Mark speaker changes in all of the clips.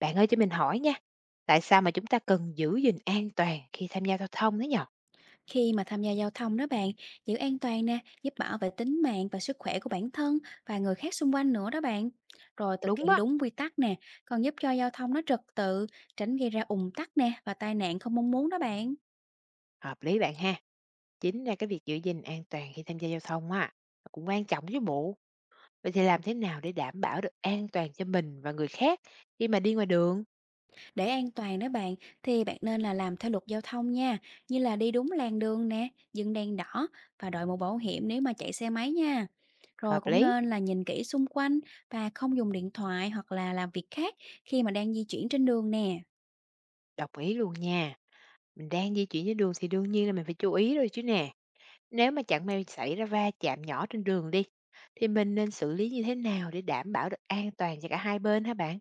Speaker 1: Bạn ơi cho mình hỏi nha, tại sao mà chúng ta cần giữ gìn an toàn khi tham gia giao thông thế nhở?
Speaker 2: Khi mà tham gia giao thông đó bạn, giữ an toàn nè, giúp bảo vệ tính mạng và sức khỏe của bản thân và người khác xung quanh nữa đó bạn. Rồi thực
Speaker 1: Đúng
Speaker 2: hiện
Speaker 1: á,
Speaker 2: đúng quy tắc nè, còn giúp cho giao thông nó trật tự, tránh gây ra ùn tắc nè và tai nạn không mong muốn đó bạn.
Speaker 1: hợp lý bạn ha. Chính là cái việc giữ gìn an toàn khi tham gia giao thông á, nó cũng quan trọng với bộ. Vậy thì làm thế nào để đảm bảo được an toàn cho mình và người khác khi mà đi ngoài đường?
Speaker 2: Để an toàn đó bạn, thì bạn nên là làm theo luật giao thông nha, như là đi đúng làn đường nè, dừng đèn đỏ và đội mũ bảo hiểm nếu mà chạy xe máy nha. Rồi
Speaker 1: Hợp
Speaker 2: cũng
Speaker 1: lý,
Speaker 2: nên là nhìn kỹ xung quanh và không dùng điện thoại hoặc là làm việc khác khi mà đang di chuyển trên đường nè.
Speaker 1: đồng ý luôn nha. Mình đang di chuyển trên đường thì đương nhiên là mình phải chú ý rồi chứ nè. Nếu mà chẳng may xảy ra va chạm nhỏ trên đường đi, thì mình nên xử lý như thế nào để đảm bảo được an toàn cho cả hai bên hả bạn?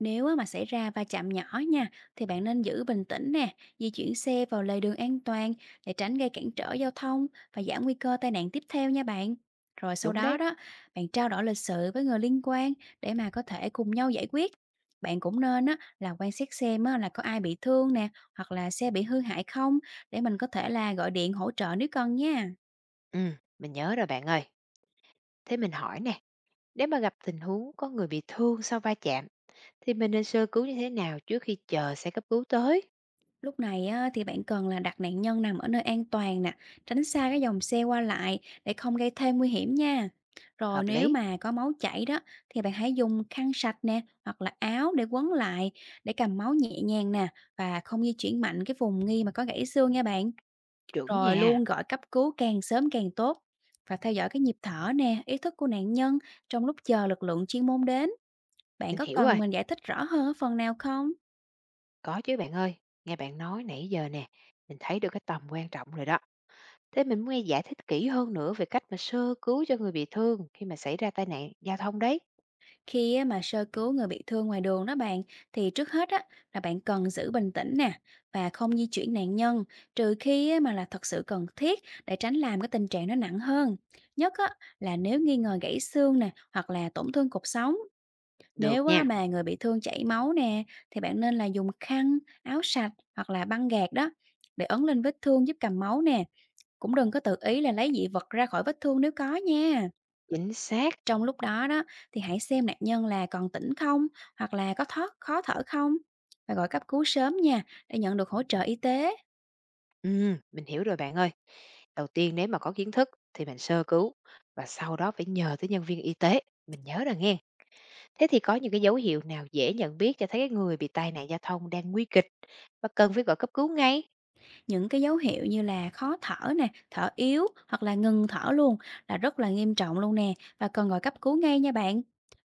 Speaker 2: Nếu á mà xảy ra va chạm nhỏ nha, thì bạn nên giữ bình tĩnh nè, di chuyển xe vào lề đường an toàn để tránh gây cản trở giao thông và giảm nguy cơ tai nạn tiếp theo nha bạn. Rồi sau
Speaker 1: Đúng
Speaker 2: đó
Speaker 1: đấy.
Speaker 2: đó, bạn trao đổi lịch sự với người liên quan để mà có thể cùng nhau giải quyết. Bạn cũng nên á, là quan sát xem á, là có ai bị thương nè, hoặc là xe bị hư hại không, để mình có thể là gọi điện hỗ trợ nếu cần nha.
Speaker 1: Ừ, mình nhớ rồi bạn ơi. Thế mình hỏi nè, nếu mà gặp tình huống có người bị thương sau va chạm thì mình nên sơ cứu như thế nào trước khi chờ xe cấp cứu tới?
Speaker 2: Lúc này á, thì bạn cần là đặt nạn nhân nằm ở nơi an toàn nè, tránh xa cái dòng xe qua lại để không gây thêm nguy hiểm nha. Rồi
Speaker 1: Hợp
Speaker 2: nếu
Speaker 1: lý,
Speaker 2: mà có máu chảy đó, thì bạn hãy dùng khăn sạch nè hoặc là áo để quấn lại, để cầm máu nhẹ nhàng nè, và không di chuyển mạnh cái vùng nghi mà có gãy xương nha bạn.
Speaker 1: trưởng
Speaker 2: Rồi
Speaker 1: nhà,
Speaker 2: luôn gọi cấp cứu càng sớm càng tốt và theo dõi cái nhịp thở nè, ý thức của nạn nhân trong lúc chờ lực lượng chuyên môn đến. Bạn
Speaker 1: mình
Speaker 2: có
Speaker 1: hiểu rồi,
Speaker 2: cần mình giải thích rõ hơn ở phần nào không?
Speaker 1: có chứ bạn ơi, nghe bạn nói nãy giờ nè, mình thấy được cái tầm quan trọng rồi đó. Thế mình muốn nghe giải thích kỹ hơn nữa về cách mà sơ cứu cho người bị thương khi mà xảy ra tai nạn giao thông đấy.
Speaker 2: Khi á mà sơ cứu người bị thương ngoài đường đó bạn, thì trước hết á, là bạn cần giữ bình tĩnh nè và không di chuyển nạn nhân trừ khi á mà là thật sự cần thiết, để tránh làm cái tình trạng nó nặng hơn. Nhất á, là nếu nghi ngờ gãy xương nè hoặc là tổn thương cột sống.
Speaker 1: Được
Speaker 2: Nếu á
Speaker 1: nha,
Speaker 2: mà người bị thương chảy máu nè, thì bạn nên là dùng khăn, áo sạch hoặc là băng gạc đó để ấn lên vết thương giúp cầm máu nè. Cũng đừng có tự ý là lấy dị vật ra khỏi vết thương nếu có nha.
Speaker 1: chính xác.
Speaker 2: Trong lúc đó đó, thì hãy xem nạn nhân là còn tỉnh không, hoặc là có thoát khó thở không, và gọi cấp cứu sớm nha để nhận được hỗ trợ y tế.
Speaker 1: Ừ, mình hiểu rồi bạn ơi. Đầu tiên nếu mà có kiến thức thì mình sơ cứu và sau đó phải nhờ tới nhân viên y tế. Mình nhớ rồi nghe. Thế thì có những cái dấu hiệu nào dễ nhận biết cho thấy cái người bị tai nạn giao thông đang nguy kịch và cần phải gọi cấp cứu ngay?
Speaker 2: Những cái dấu hiệu như là khó thở nè, thở yếu hoặc là ngừng thở luôn là rất là nghiêm trọng luôn nè, và cần gọi cấp cứu ngay nha bạn.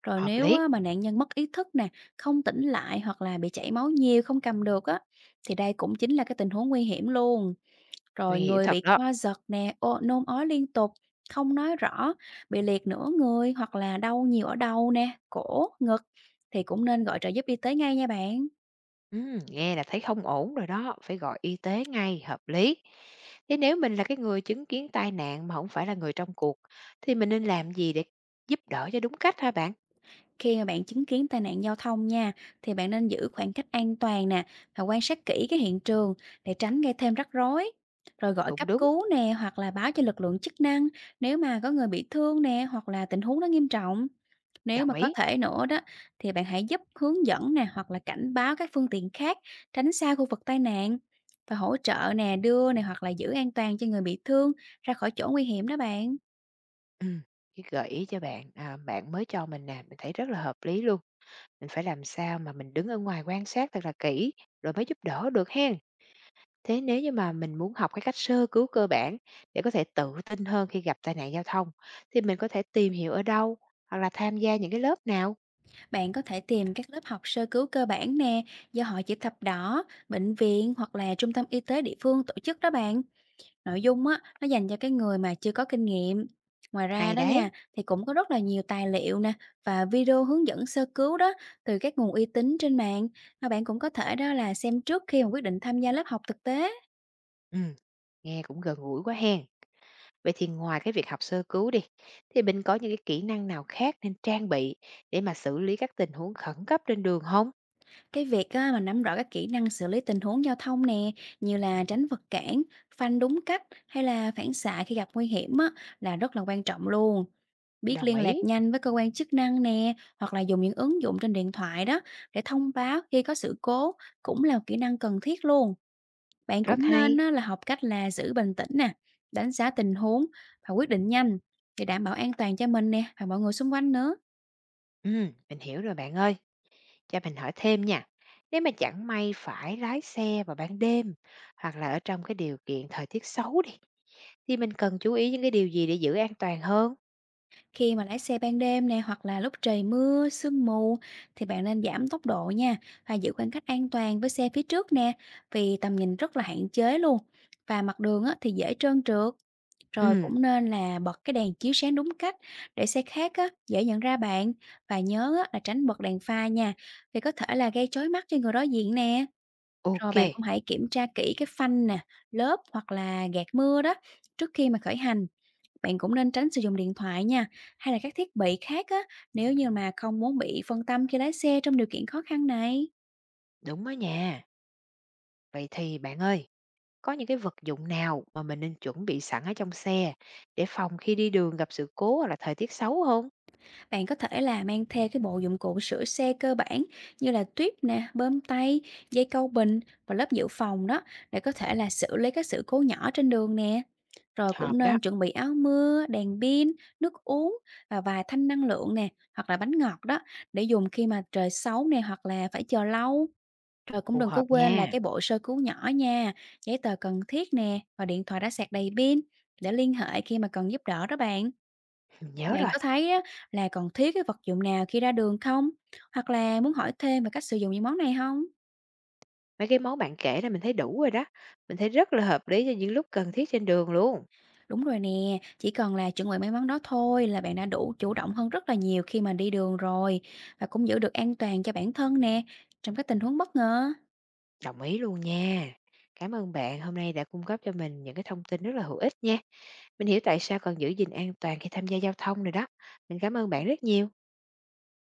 Speaker 2: Rồi
Speaker 1: Hợp
Speaker 2: nếu
Speaker 1: lý,
Speaker 2: á, mà nạn nhân mất ý thức nè, không tỉnh lại hoặc là bị chảy máu nhiều không cầm được á, thì đây cũng chính là cái tình huống nguy hiểm luôn.
Speaker 1: nguy
Speaker 2: Rồi
Speaker 1: hiểm
Speaker 2: người
Speaker 1: thật
Speaker 2: bị
Speaker 1: đó.
Speaker 2: co giật nè, ô nôn ói liên tục, không nói rõ, bị liệt nửa người hoặc là đau nhiều ở đầu nè, cổ, ngực, thì cũng nên gọi trợ giúp y tế ngay nha bạn.
Speaker 1: Nghe là thấy không ổn rồi đó, phải gọi y tế ngay, hợp lý. Thế nếu mình là cái người chứng kiến tai nạn mà không phải là người trong cuộc, thì mình nên làm gì để giúp đỡ cho đúng cách hả bạn?
Speaker 2: Khi mà bạn chứng kiến tai nạn giao thông nha, thì bạn nên giữ khoảng cách an toàn nè và quan sát kỹ cái hiện trường để tránh gây thêm rắc rối. Rồi gọi
Speaker 1: Cũng
Speaker 2: cấp
Speaker 1: đúng,
Speaker 2: cứu nè hoặc là báo cho lực lượng chức năng nếu mà có người bị thương nè, hoặc là tình huống nó nghiêm trọng. Nếu
Speaker 1: đồng
Speaker 2: mà có
Speaker 1: ý.
Speaker 2: thể nữa đó, thì bạn hãy giúp hướng dẫn nè hoặc là cảnh báo các phương tiện khác tránh xa khu vực tai nạn, và hỗ trợ nè, đưa nè hoặc là giữ an toàn cho người bị thương ra khỏi chỗ nguy hiểm đó bạn.
Speaker 1: Ừm, cái gợi ý cho bạn, à, bạn mới cho mình nè, mình thấy rất là hợp lý luôn. Mình phải làm sao mà mình đứng ở ngoài quan sát thật là kỹ, rồi mới giúp đỡ được hen. Thế nếu như mà mình muốn học cái cách sơ cứu cơ bản để có thể tự tin hơn khi gặp tai nạn giao thông, thì mình có thể tìm hiểu ở đâu hoặc là tham gia những cái lớp nào?
Speaker 2: Bạn có thể tìm các lớp học sơ cứu cơ bản nè, do Hội Chữ Thập Đỏ, bệnh viện hoặc là trung tâm y tế địa phương tổ chức đó bạn. Nội dung á, nó dành cho cái người mà chưa có kinh nghiệm. Ngoài ra
Speaker 1: Hay
Speaker 2: đó nha,
Speaker 1: đấy.
Speaker 2: thì cũng có rất là nhiều tài liệu nè và video hướng dẫn sơ cứu đó từ các nguồn uy tín trên mạng, mà bạn cũng có thể đó là xem trước khi mà quyết định tham gia lớp học thực tế.
Speaker 1: Ừ, nghe cũng gần gũi quá hen. Vậy thì ngoài cái việc học sơ cứu đi, thì mình có những cái kỹ năng nào khác nên trang bị để mà xử lý các tình huống khẩn cấp trên đường không?
Speaker 2: Cái việc á, mà nắm rõ các kỹ năng xử lý tình huống giao thông nè, như là tránh vật cản, phanh đúng cách hay là phản xạ khi gặp nguy hiểm á, là rất là quan trọng luôn. Biết
Speaker 1: Đồng
Speaker 2: liên lạc
Speaker 1: ý.
Speaker 2: nhanh với cơ quan chức năng nè, hoặc là dùng những ứng dụng trên điện thoại đó để thông báo khi có sự cố cũng là một kỹ năng cần thiết luôn. Bạn
Speaker 1: Rất
Speaker 2: cũng nên
Speaker 1: hay.
Speaker 2: á, là học cách là giữ bình tĩnh nè, đánh giá tình huống và quyết định nhanh để đảm bảo an toàn cho mình nè và mọi người xung quanh nữa.
Speaker 1: Ừ, mình hiểu rồi bạn ơi. Cho mình hỏi thêm nha. Nếu mà chẳng may phải lái xe vào ban đêm hoặc là ở trong cái điều kiện thời tiết xấu đi thì mình cần chú ý những cái điều gì để giữ an toàn hơn?
Speaker 2: Khi mà lái xe ban đêm nè hoặc là lúc trời mưa, sương mù, thì bạn nên giảm tốc độ nha và giữ khoảng cách an toàn với xe phía trước nè, vì tầm nhìn rất là hạn chế luôn và mặt đường á, thì dễ trơn trượt. Rồi
Speaker 1: Ừm,
Speaker 2: cũng nên là bật cái đèn chiếu sáng đúng cách để xe khác á, dễ nhận ra bạn, và nhớ á, là tránh bật đèn pha nha, vì có thể là gây chói mắt cho người đối diện nè. Rồi
Speaker 1: ok,
Speaker 2: bạn cũng hãy kiểm tra kỹ cái phanh nè, lớp hoặc là gạt mưa đó trước khi mà khởi hành. Bạn cũng nên tránh sử dụng điện thoại nha, hay là các thiết bị khác á, nếu như mà không muốn bị phân tâm khi lái xe trong điều kiện khó khăn này.
Speaker 1: đúng đó nha. Vậy thì bạn ơi, có những cái vật dụng nào mà mình nên chuẩn bị sẵn ở trong xe để phòng khi đi đường gặp sự cố hoặc là thời tiết xấu không?
Speaker 2: Bạn có thể là mang theo cái bộ dụng cụ sửa xe cơ bản như là tuyếp nè, bơm tay, dây câu bình và lớp dự phòng đó để có thể là xử lý các sự cố nhỏ trên đường nè. Rồi cũng
Speaker 1: Hợp đó,
Speaker 2: nên chuẩn bị áo mưa, đèn pin, nước uống và vài thanh năng lượng nè, hoặc là bánh ngọt đó để dùng khi mà trời xấu nè hoặc là phải chờ lâu. Rồi cũng
Speaker 1: phù
Speaker 2: đừng có
Speaker 1: hợp
Speaker 2: quên là
Speaker 1: nha.
Speaker 2: cái bộ sơ cứu nhỏ nha, giấy tờ cần thiết nè và điện thoại đã sạc đầy pin để liên hệ khi mà cần giúp đỡ đó bạn.
Speaker 1: Mình nhớ
Speaker 2: Bạn
Speaker 1: rồi.
Speaker 2: có thấy á, là còn thiếu cái vật dụng nào khi ra đường không? Hoặc là muốn hỏi thêm về cách sử dụng những món này không?
Speaker 1: Mấy cái món bạn kể là mình thấy đủ rồi đó. Mình thấy rất là hợp lý cho những lúc cần thiết trên đường luôn.
Speaker 2: Đúng rồi nè, chỉ cần là chuẩn bị mấy món đó thôi là bạn đã đủ chủ động hơn rất là nhiều khi mà đi đường rồi, và cũng giữ được an toàn cho bản thân nè trong các tình huống bất ngờ.
Speaker 1: Đồng ý luôn nha. Cảm ơn bạn hôm nay đã cung cấp cho mình những cái thông tin rất là hữu ích nha. Mình hiểu tại sao cần giữ gìn an toàn khi tham gia giao thông rồi đó. Mình cảm ơn bạn rất nhiều.